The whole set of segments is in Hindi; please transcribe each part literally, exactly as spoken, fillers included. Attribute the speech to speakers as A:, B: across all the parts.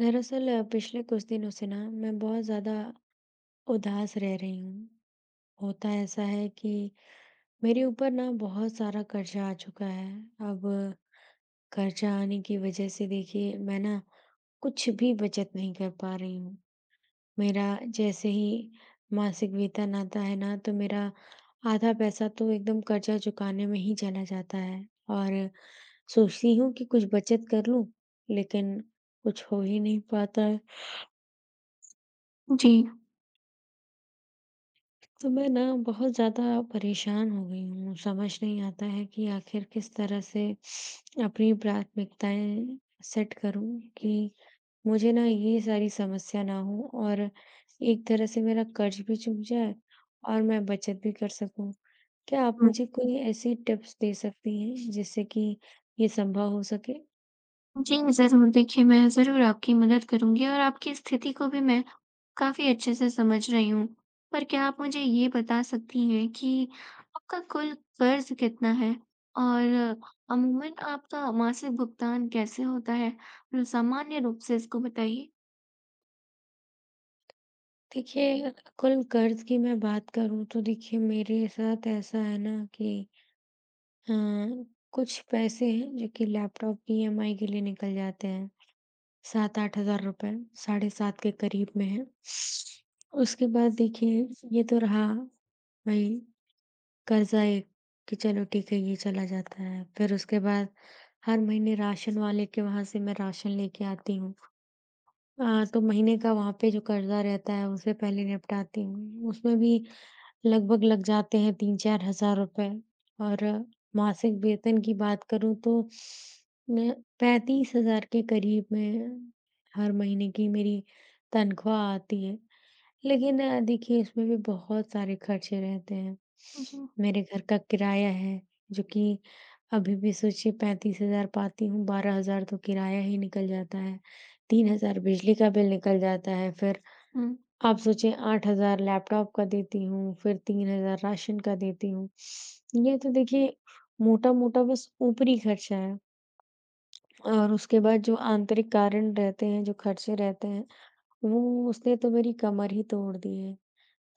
A: दरअसल अ, पिछले कुछ दिनों से ना मैं बहुत ज़्यादा उदास रह रही हूँ। होता ऐसा है कि मेरे ऊपर ना बहुत सारा कर्जा आ चुका है। अब कर्जा आने की वज़ह से देखिए मैं ना कुछ भी बचत नहीं कर पा रही हूँ। मेरा जैसे ही मासिक वेतन आता है ना तो मेरा आधा पैसा तो एकदम कर्जा चुकाने में ही चला जाता है और सोचती हूँ कि कुछ बचत कर लूँ, लेकिन कुछ हो ही नहीं पाता।
B: जी।
A: तो मैं ना बहुत ज़्यादा परेशान हो गई हूँ। समझ नहीं आता है कि आखिर किस तरह से अपनी प्राथमिकताएँ सेट करूँ कि मुझे ना ये सारी समस्या ना हो और एक तरह से मेरा कर्ज भी चूक जाए और मैं बचत भी कर सकूँ। क्या आप
B: हुँ।
A: मुझे कोई ऐसी टिप्स दे सकती हैं जिससे कि ये संभव हो सके?
B: जी, ज़रूर देखिए मैं ज़रूर आपकी मदद करूँगी और आपकी स्थिति को भी मैं काफ़ी अच्छे से समझ रही हूँ। पर क्या आप मुझे ये बता सकती हैं कि आपका कुल कर्ज़ कितना है? और अमूमन आपका मासिक भुगतान कैसे होता है? सामान्य रूप से इसको बताइए?
A: देखिए, कुल कर्ज की मैं बात करूँ तो देखिए मेरे साथ ऐसा है ना कि हाँ, कुछ पैसे हैं जो कि लैपटॉप की ईएमआई के लिए निकल जाते हैं। सात आठ हज़ार रुपए सात हज़ार पाँच सौ के करीब में है। उसके बाद देखिए ये तो रहा वही कर्ज़ा एक कि चलो ठीक है ये चला जाता है। फिर उसके बाद हर महीने राशन वाले के वहाँ से मैं राशन लेके आती हूँ। अ, तो महीने का वहाँ पे जो कर्ज़ा रहता है उसे पहले निपटाती हूँ। उसमें भी लगभग लग जाते हैं तीन चार हज़ार रुपए और मासिक वेतन की बात करूँ तो मैं पैंतीस हज़ार के करीब में हर महीने की मेरी तनख्वाह आती है। लेकिन अ, देखिए इसमें भी बहुत सारे खर्चे रहते हैं।
B: जी।
A: मेरे घर का किराया है जो कि अभी भी सोचिए पैंतीस हज़ार पाती हूँ, बारह हज़ार तो किराया ही निकल जाता है, तीन हज़ार बिजली का बिल निकल जाता है, फिर
B: हुँ।
A: आप सोचिए आठ हज़ार लैपटॉप का देती हूँ, फिर तीन हज़ार राशन का देती हूँ। ये तो देखिए मोटा-मोटा बस ऊपरी खर्चा है और उसके बाद जो आंतरिक कारण रहते हैं, जो खर्चे रहते हैं, वो उसने तो मेरी कमर ही तोड़ दी है।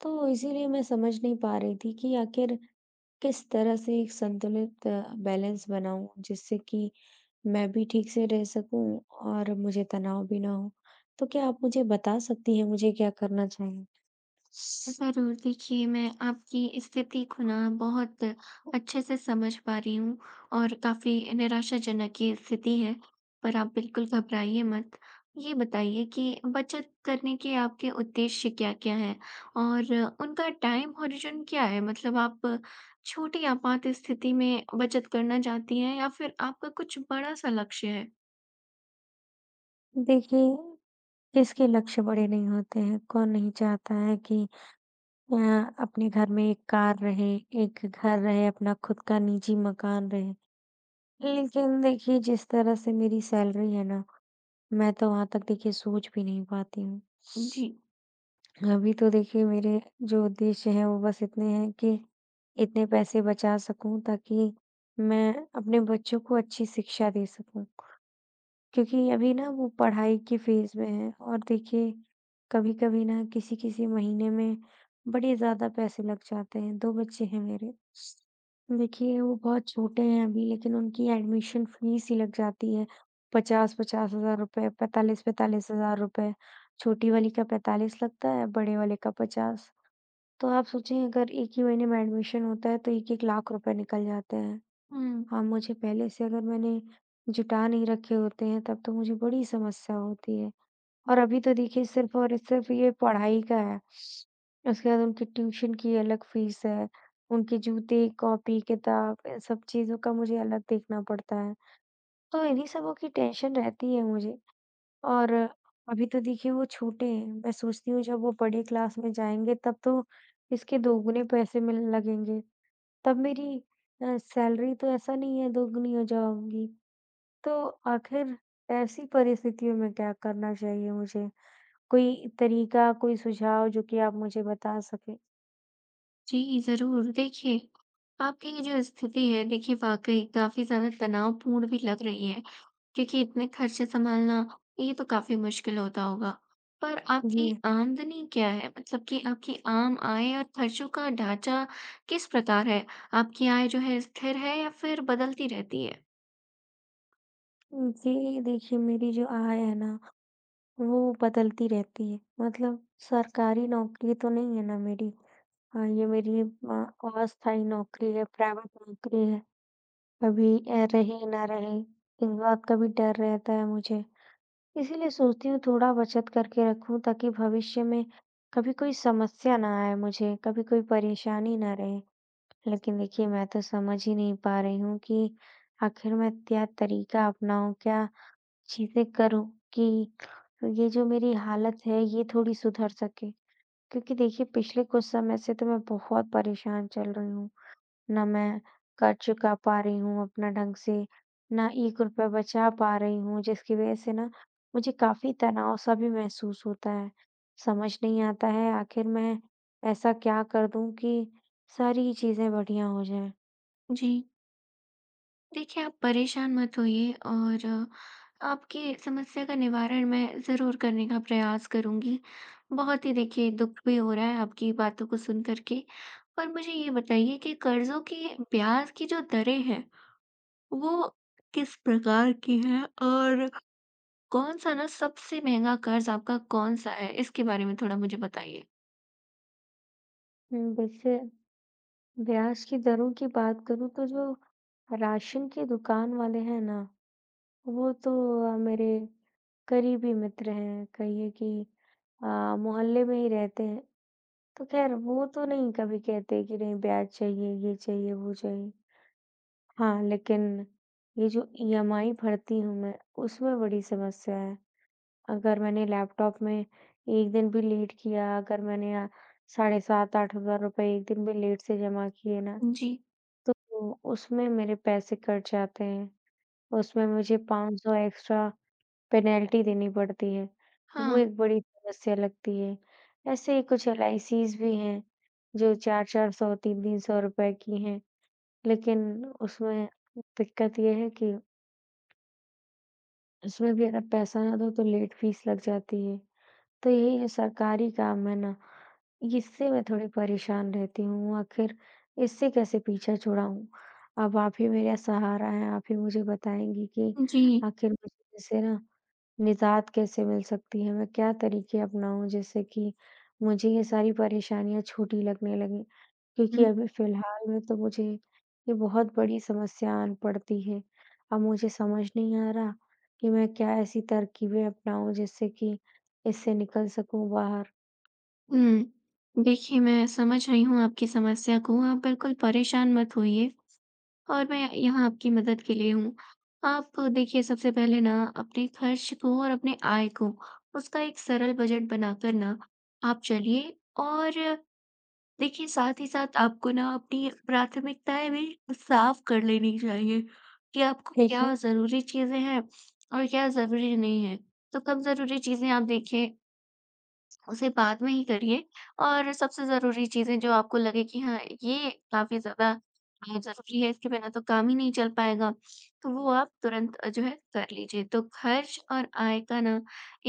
A: तो इसीलिए मैं समझ नहीं पा रही थी कि आखिर किस तरह से एक संतुलित बैलेंस बनाऊँ, जिससे कि मैं भी ठीक से रह सकूँ और मुझे तनाव भी ना हो। तो क्या आप मुझे बता सकती हैं मुझे क्या करना चाहिए?
B: ज़रूर, देखिए मैं आपकी स्थिति को ना बहुत अच्छे से समझ पा रही हूँ और काफ़ी निराशाजनक ये स्थिति है, पर आप बिल्कुल घबराइए मत। ये बताइए कि बचत करने के आपके उद्देश्य क्या-क्या हैं और उनका टाइम हॉरिज़न क्या है? मतलब आप छोटी आपात स्थिति में बचत करना चाहती हैं या फिर आपका कुछ बड़ा-सा लक्ष्य है?
A: देखिए, किसके लक्ष्य बड़े नहीं होते हैं? कौन नहीं चाहता है कि अ, अपने घर में एक कार रहे, एक घर रहे, अपना खुद का निजी मकान रहे। लेकिन देखिए, जिस तरह से मेरी सैलरी है ना, मैं तो वहाँ तक देखिए सोच भी नहीं पाती हूँ।
B: जी।
A: अभी तो देखिए मेरे जो उद्देश्य हैं वो बस इतने हैं कि इतने पैसे बचा सकूँ ताकि मैं अपने बच्चों को अच्छी शिक्षा दे सकूँ। क्योंकि अभी ना वो पढ़ाई के फेज़ में है और देखिए कभी-कभी ना किसी-किसी महीने में बड़े ज़्यादा पैसे लग जाते हैं। दो बच्चे हैं मेरे। देखिए वो बहुत छोटे हैं अभी लेकिन उनकी एडमिशन फ़ीस ही लग जाती है पचास पचास हज़ार रुपए, पैंतालीस पैंतालीस हज़ार रुपए। छोटी वाली का पैंतालीस लगता है, बड़े वाले का पचास। तो आप सोचिए अगर एक ही महीने में एडमिशन होता है तो एक एक लाख रुपए निकल जाते हैं।
B: हुँ।
A: हाँ, मुझे पहले से अगर मैंने जुटा नहीं रखे होते हैं तब तो मुझे बड़ी समस्या होती है। और अभी तो देखिए सिर्फ़ और सिर्फ़ ये पढ़ाई का है। उसके बाद उनकी ट्यूशन की अलग फ़ीस है, उनके जूते, कॉपी, किताब इन सब चीज़ों का मुझे अलग देखना पड़ता है। तो इन्हीं सबों की टेंशन रहती है मुझे और अभी तो देखिए वो छोटे हैं। मैं सोचती हूँ जब वो बड़े क्लास में जाएँगे तब तो इसके दोगुने पैसे मिलने लगेंगे। तब मेरी अ, सैलरी तो ऐसा नहीं है दोगुनी हो जाऊँगी। तो आखिर ऐसी परिस्थितियों में क्या करना चाहिए मुझे? कोई तरीका, कोई सुझाव जो कि आप मुझे बता सकें?
B: जी, ज़रूर। देखिए, आपकी ये जो स्थिति है, देखिए वाक़ई काफ़ी ज़्यादा तनावपूर्ण भी लग रही है, क्योंकि इतने खर्चे सँभालना, ये तो काफ़ी मुश्किल होता होगा। पर
A: जी।
B: आपकी आमदनी क्या है? मतलब कि आपकी आम आय और खर्चों का ढाँचा किस प्रकार है? आपकी आय जो है स्थिर है या फिर बदलती रहती है?
A: जी, देखिए मेरी जो आय है ना, वो बदलती रहती है। मतलब सरकारी नौकरी तो नहीं है ना मेरी। हाँ, ये मेरी अ, अस्थायी नौकरी है, प्राइवेट नौकरी है। अभी अ, रहे ना रहे, इस बात का भी डर रहता है मुझे। इसीलिए सोचती हूँ थोड़ा बचत करके रखूँ ताकि भविष्य में कभी कोई समस्या ना आए मुझे, कभी कोई परेशानी ना रहे। लेकिन देखिए मैं तो समझ ही नहीं पा रही हूँ कि आखिर मैं क्या तरीका अपनाऊँ, क्या चीज़ें करूँ कि ये जो मेरी हालत है ये थोड़ी सुधर सके? क्योंकि देखिए पिछले कुछ समय से तो मैं बहुत परेशान चल रही हूँ। ना मैं कर्ज चुका पा रही हूँ अपना ढंग से, ना एक रुपया बचा पा रही हूँ, जिसकी वजह से ना मुझे काफ़ी तनाव-सा भी महसूस होता है। समझ नहीं आता है आखिर मैं ऐसा क्या कर दूँ कि सारी चीज़ें बढ़िया हो जाएँ?
B: जी। देखिए, आप परेशान मत होइए और अ, आपकी समस्या का निवारण मैं ज़रूर करने का प्रयास करूँगी। बहुत ही देखिए दुःख भी हो रहा है आपकी बातों को सुन कर के। पर मुझे ये बताइए कि कर्ज़ों की ब्याज की जो दरें हैं, वो किस प्रकार की हैं और कौन-सा ना सबसे महँगा कर्ज़ आपका कौन-सा है? इसके बारे में थोड़ा मुझे बताइए।
A: हुँ, देखिए ब्याज की दरों की बात करूँ तो जो राशन की दुकान वाले हैं ना, वो तो अ, मेरे करीबी मित्र हैं, कहिए कि अ, मोहल्ले में ही रहते हैं। तो ख़ैर वो तो नहीं कभी कहते कि नहीं ब्याज चाहिए, ये चाहिए, वो चाहिए। हाँ, लेकिन ये जो ईएमआई भरती हूँ मैं, उसमें बड़ी समस्या है। अगर मैंने लैपटॉप में एक दिन भी लेट किया, अगर मैंने अ, साढ़े सात आठ हज़ार रुपए एक दिन भी लेट से जमा किए ना,
B: जी,
A: तो उसमें मेरे पैसे कट जाते हैं। उसमें मुझे पाँच सौ एक्स्ट्रा पेनल्टी देनी पड़ती है, वो
B: हाँ,
A: एक बड़ी समस्या लगती है। ऐसे ही कुछ एलआईसीज़ भी हैं, जो चार चार सौ ₹तीन सौ तीन सौ रुपए की हैं, लेकिन उसमें दिक्कत ये है कि उसमें भी अगर पैसा ना दो तो लेट फीस लग जाती है। तो यही जो सरकारी काम है ना, इससे मैं थोड़ी परेशान रहती हूँ, आखिर इससे कैसे पीछा छुड़ाऊँ? अब आप ही मेरा सहारा हैं, आप ही मुझे बताएँगी कि
B: जी।
A: आखिर मुझे इसे ना निज़ात कैसे मिल सकती है, मैं क्या तरीके अपनाऊँ जिससे कि मुझे ये सारी परेशानियाँ छोटी लगने लगें? क्योंकि
B: हुँ,
A: अभी फ़िलहाल में तो मुझे ये बहुत बड़ी समस्या आन पड़ती है। अब मुझे समझ नहीं आ रहा कि मैं क्या ऐसी तरकीबें अपनाऊँ जिससे कि इससे निकल सकूँ बाहर।
B: हुँ। देखिए, मैं समझ रही हूँ आपकी समस्या को, आप बिल्कुल परेशान मत होइए। और मैं यहाँ आपकी मदद के लिए हूँ। आप देखिए सबसे पहले ना अपने खर्च को और अपने आय को उसका एक सरल बजट बनाकर ना आप चलिए, और देखिए साथ ही साथ आपको ना अपनी प्राथमिकताएँ भी साफ कर लेनी चाहिए कि आपको
A: ठीक है,
B: क्या ज़रूरी चीज़ें हैं और क्या ज़रूरी नहीं है। तो कम ज़रूरी चीज़ें आप देखिए उसे बाद में ही करिए, और सबसे ज़रूरी चीज़ें जो आपको लगे कि हाँ, ये काफ़ी ज़्यादा अ, ज़रूरी है, इसके बिना तो काम ही नहीं चल पाएगा, तो वो आप तुरंत अ, जो है कर लीजिए। तो खर्च और आय का ना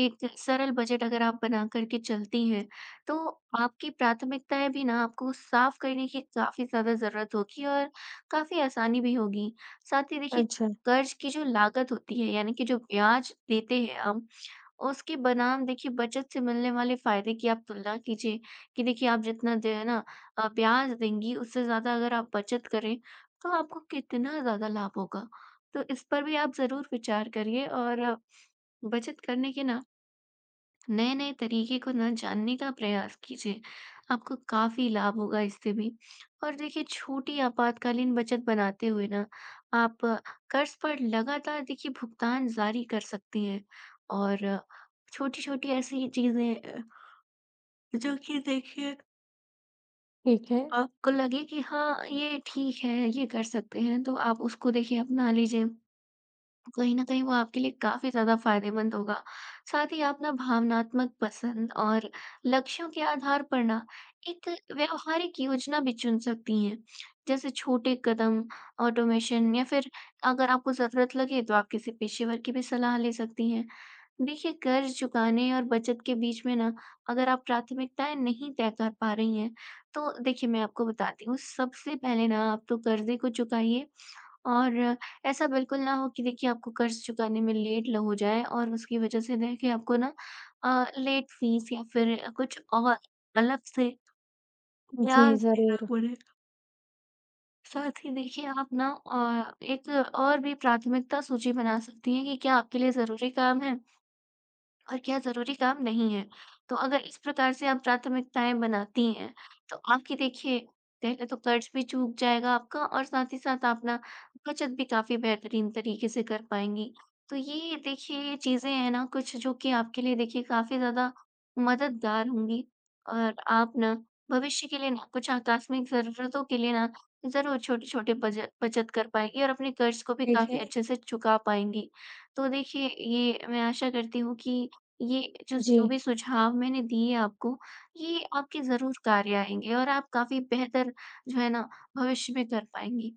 B: एक सरल बजट अगर आप बना कर के चलती हैं, तो आपकी प्राथमिकताएँ भी ना आपको साफ़ करने की काफ़ी ज़्यादा ज़रूरत होगी और काफ़ी आसानी भी होगी। साथ ही देखिए,
A: अच्छा,
B: कर्ज़ की जो लागत होती है, यानी कि जो ब्याज देते हैं हम, और उसके बनाम देखिए बचत से मिलने वाले फ़ायदे की आप तुलना कीजिए कि देखिए आप जितना जो है ना अ, ब्याज देंगी, उससे ज़्यादा अगर आप बचत करें तो आपको कितना ज़्यादा लाभ होगा। तो इस पर भी आप ज़रूर विचार करिए, और अ, बचत करने के ना नए नए तरीके को ना जानने का प्रयास कीजिए। आपको काफी लाभ होगा इससे भी। और देखिए छोटी आपातकालीन बचत बनाते हुए ना आप अ, कर्ज पर लगातार देखिए भुगतान जारी कर सकती हैं, और छोटी छोटी ऐसी चीजें अ, जो कि देखिए
A: ठीक है।
B: आपको लगे कि हाँ ये ठीक है, ये कर सकते हैं, तो आप उसको देखिए अपना लीजिए। कहीं न कहीं वो आपके लिए काफ़ी ज़्यादा फ़ायदेमंद होगा। साथ ही आप ना भावनात्मक पसंद और लक्ष्यों के आधार पर ना एक व्यावहारिक योजना भी चुन सकती हैं। जैसे छोटे कदम, ऑटोमेशन, या फिर अगर आपको ज़रूरत लगे तो आप किसी पेशेवर की भी सलाह ले सकती हैं। देखिए कर्ज़ चुकाने और बचत के बीच में ना अगर आप प्राथमिकताएँ नहीं तय कर पा रही हैं, तो देखिए मैं आपको बताती हूँ, सबसे पहले ना आप तो कर्ज़े को चुकाइए। और ऐसा बिल्कुल ना हो कि देखिए आपको कर्ज़ चुकाने में लेट ल हो जाए और उसकी वजह से देखिए आपको ना अ, लेट फ़ीस या फिर कुछ और अलग से
A: जी,
B: ब्याज देना
A: ज़रूर।
B: पड़े। साथ ही देखिए आप ना अ, एक और भी प्राथमिकता सूची बना सकती हैं कि क्या आपके लिए ज़रूरी काम है, और क्या ज़रूरी काम नहीं है। तो अगर इस प्रकार से आप प्राथमिकताएँ बनाती हैं, तो आपकी देखिए पहले तो कर्ज भी चूक जाएगा आपका, और साथ ही साथ आप ना बचत भी काफ़ी बेहतरीन तरीके से कर पाएँगी। तो ये देखिए ये चीज़ें हैं ना कुछ जो कि आपके लिए देखिए काफ़ी ज़्यादा मददगार होंगी, और आप ना भविष्य के लिए ना कुछ आकस्मिक ज़रूरतों के लिए ना ज़रूर छोटे-छोटे बज बचत बचत कर पाएँगी, और अपने कर्ज को भी
A: ठीक
B: काफ़ी
A: है,
B: अच्छे से चुका पाएँगी। तो देखिए ये मैं आशा करती हूँ कि ये जो
A: जी।
B: जो भी सुझाव मैंने दिए आपको, ये आपके ज़रूर कार्य आएँगे और आप काफ़ी बेहतर जो है ना भविष्य में कर पाएँगी।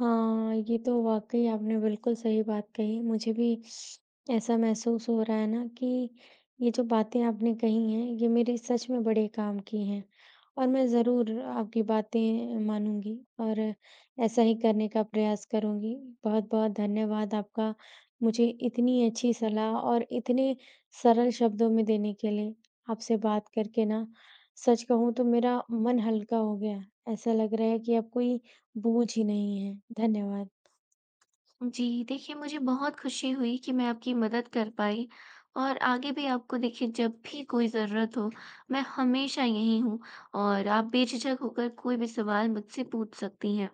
A: हाँ, ये तो वाक़ई आपने बिल्कुल सही बात कही। मुझे भी ऐसा महसूस हो रहा है ना कि ये जो बातें आपने कही हैं, ये मेरे सच में बड़े काम की हैं और मैं ज़रूर आपकी बातें मानूँगी और ऐसा ही करने का प्रयास करूँगी। बहुत-बहुत धन्यवाद आपका मुझे इतनी अच्छी सलाह और इतने सरल शब्दों में देने के लिए। आपसे बात करके ना सच कहूँ तो मेरा मन हल्का हो गया। ऐसा लग रहा है कि अब कोई बोझ ही नहीं है। धन्यवाद।
B: जी, देखिए मुझे बहुत खुशी हुई कि मैं आपकी मदद कर पाई, और आगे भी आपको देखिए जब भी कोई ज़रूरत हो, मैं हमेशा यहीं हूँ, और आप बेझिझक होकर कोई भी सवाल मुझसे पूछ सकती हैं।